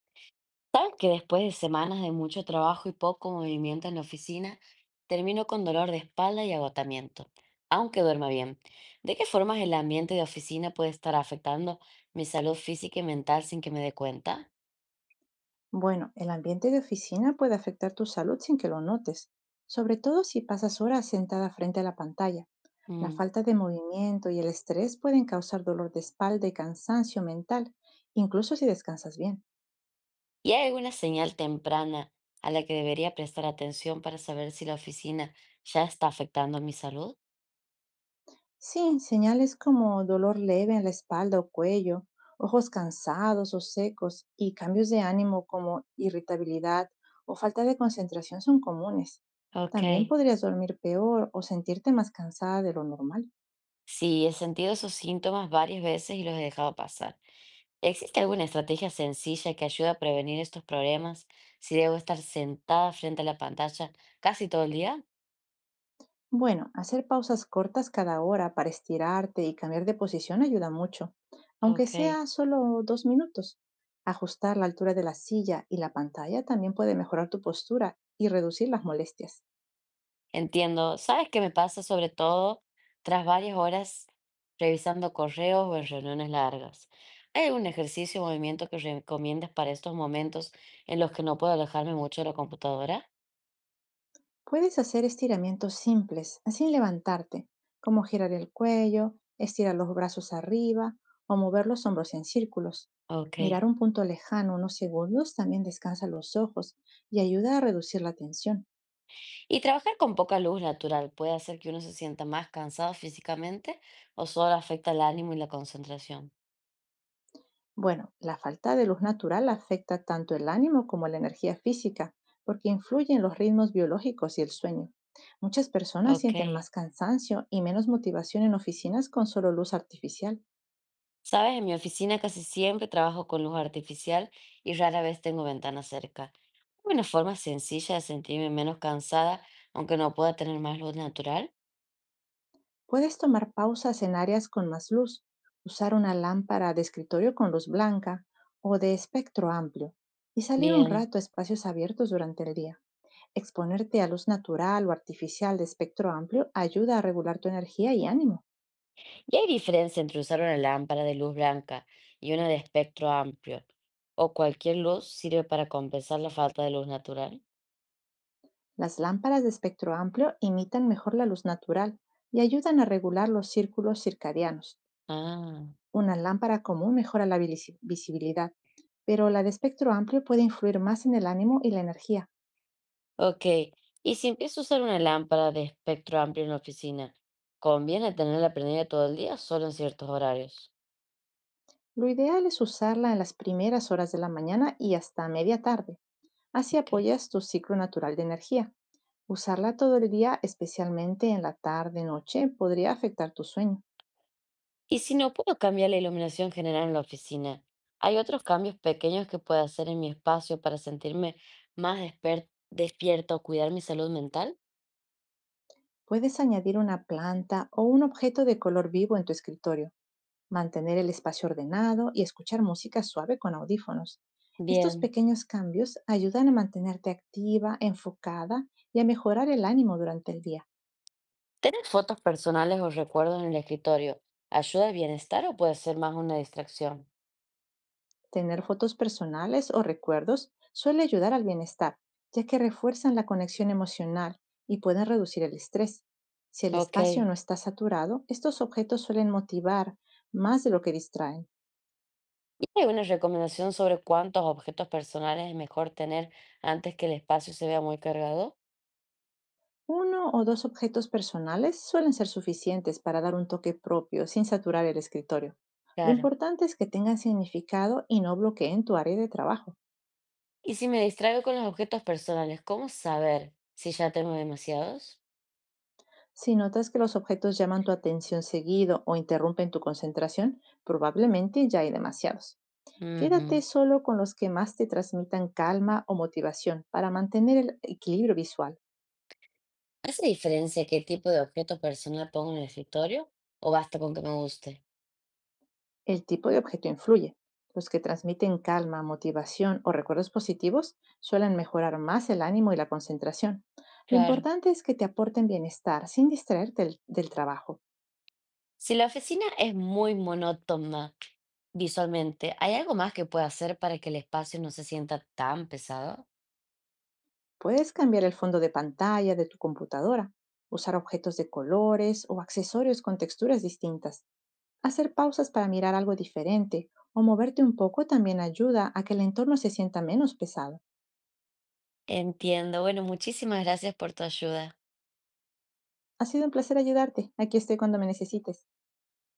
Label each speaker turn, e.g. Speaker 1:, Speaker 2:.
Speaker 1: ¿Sabes que después de semanas de mucho trabajo y poco movimiento en la oficina, termino con dolor de espalda y agotamiento, aunque duerma bien? ¿De qué formas el ambiente de oficina puede estar afectando mi salud física y mental sin que me dé cuenta?
Speaker 2: Bueno, el ambiente de oficina puede afectar tu salud sin que lo notes, sobre todo si pasas horas sentada frente a la pantalla. La
Speaker 1: Mm.
Speaker 2: falta de movimiento y el estrés pueden causar dolor de espalda y cansancio mental, incluso si descansas bien.
Speaker 1: ¿Y hay alguna señal temprana a la que debería prestar atención para saber si la oficina ya está afectando mi salud?
Speaker 2: Sí, señales como dolor leve en la espalda o cuello, ojos cansados o secos y cambios de ánimo como irritabilidad o falta de concentración son comunes.
Speaker 1: Ok.
Speaker 2: También podrías dormir peor o sentirte más cansada de lo normal.
Speaker 1: Sí, he sentido esos síntomas varias veces y los he dejado pasar. ¿Existe alguna estrategia sencilla que ayude a prevenir estos problemas si debo estar sentada frente a la pantalla casi todo el día?
Speaker 2: Bueno, hacer pausas cortas cada hora para estirarte y cambiar de posición ayuda mucho, aunque
Speaker 1: Ok,
Speaker 2: sea solo 2 minutos. Ajustar la altura de la silla y la pantalla también puede mejorar tu postura y reducir las molestias.
Speaker 1: entiendo. ¿Sabes qué me pasa sobre todo tras varias horas revisando correos o en reuniones largas? ¿Hay algún ejercicio o movimiento que recomiendas para estos momentos en los que no puedo alejarme mucho de la computadora?
Speaker 2: Puedes hacer estiramientos simples, sin levantarte, como girar el cuello, estirar los brazos arriba o mover los hombros en círculos.
Speaker 1: Ok.
Speaker 2: Mirar un punto lejano unos segundos también descansa los ojos y ayuda a reducir la tensión.
Speaker 1: ¿Y trabajar con poca luz natural puede hacer que uno se sienta más cansado físicamente o solo afecta el ánimo y la concentración?
Speaker 2: Bueno, la falta de luz natural afecta tanto el ánimo como la energía física, porque influye en los ritmos biológicos y el sueño. Muchas personas
Speaker 1: Ok.
Speaker 2: sienten más cansancio y menos motivación en oficinas con solo luz artificial.
Speaker 1: Sabes, en mi oficina casi siempre trabajo con luz artificial y rara vez tengo ventanas cerca. ¿Hay una forma sencilla de sentirme menos cansada, aunque no pueda tener más luz natural?
Speaker 2: Puedes tomar pausas en áreas con más luz, usar una lámpara de escritorio con luz blanca o de espectro amplio y salir un
Speaker 1: Bien.
Speaker 2: rato a espacios abiertos durante el día. Exponerte a luz natural o artificial de espectro amplio ayuda a regular tu energía y ánimo.
Speaker 1: ¿Y hay diferencia entre usar una lámpara de luz blanca y una de espectro amplio? ¿O cualquier luz sirve para compensar la falta de luz natural?
Speaker 2: Las lámparas de espectro amplio imitan mejor la luz natural y ayudan a regular los círculos circadianos.
Speaker 1: Ah,
Speaker 2: Una lámpara común mejora la visibilidad, pero la de espectro amplio puede influir más en el ánimo y la energía.
Speaker 1: ok. ¿Y si empiezo a usar una lámpara de espectro amplio en la oficina, conviene tenerla prendida todo el día o solo en ciertos horarios?
Speaker 2: Lo ideal es usarla en las primeras horas de la mañana y hasta media tarde. Así
Speaker 1: Ok.
Speaker 2: apoyas tu ciclo natural de energía. Usarla todo el día, especialmente en la tarde-noche, podría afectar tu sueño.
Speaker 1: Y si no puedo cambiar la iluminación general en la oficina, ¿hay otros cambios pequeños que pueda hacer en mi espacio para sentirme más despierta o cuidar mi salud mental?
Speaker 2: Puedes añadir una planta o un objeto de color vivo en tu escritorio, mantener el espacio ordenado y escuchar música suave con audífonos. Estos
Speaker 1: Bien.
Speaker 2: pequeños cambios ayudan a mantenerte activa, enfocada y a mejorar el ánimo durante el día.
Speaker 1: ¿Tener fotos personales o recuerdos en el escritorio ayuda al bienestar o puede ser más una distracción?
Speaker 2: Tener fotos personales o recuerdos suele ayudar al bienestar, ya que refuerzan la conexión emocional y pueden reducir el estrés. Si el
Speaker 1: Ok.
Speaker 2: espacio
Speaker 1: ¿Y
Speaker 2: no está saturado, estos objetos suelen motivar más de lo que distraen.
Speaker 1: hay una recomendación sobre cuántos objetos personales es mejor tener antes que el espacio se vea muy cargado?
Speaker 2: Uno o dos objetos personales suelen ser suficientes para dar un toque propio sin saturar el escritorio. Lo
Speaker 1: Claro.
Speaker 2: importante es que tengan significado y no bloqueen tu área de trabajo.
Speaker 1: ¿Y si me distraigo con los objetos personales, cómo saber si ya tengo demasiados?
Speaker 2: Si notas que los objetos llaman tu atención seguido o interrumpen tu concentración, probablemente ya hay demasiados. Quédate
Speaker 1: Ujú.
Speaker 2: solo con los que más te transmitan calma o motivación para mantener el equilibrio visual.
Speaker 1: ¿Hace diferencia qué tipo de objeto personal pongo en el escritorio o basta con que me guste?
Speaker 2: El tipo de objeto influye. Los que transmiten calma, motivación o recuerdos positivos suelen mejorar más el ánimo y la concentración. Lo
Speaker 1: Claro.
Speaker 2: importante es que te aporten bienestar sin distraerte del trabajo.
Speaker 1: Si la oficina es muy monótona visualmente, ¿hay algo más que pueda hacer para que el espacio no se sienta tan pesado?
Speaker 2: Puedes cambiar el fondo de pantalla de tu computadora, usar objetos de colores o accesorios con texturas distintas. Hacer pausas para mirar algo diferente o moverte un poco también ayuda a que el entorno se sienta menos pesado.
Speaker 1: Entiendo. Bueno, muchísimas gracias por tu ayuda.
Speaker 2: Ha sido un placer ayudarte. Aquí estoy cuando me necesites.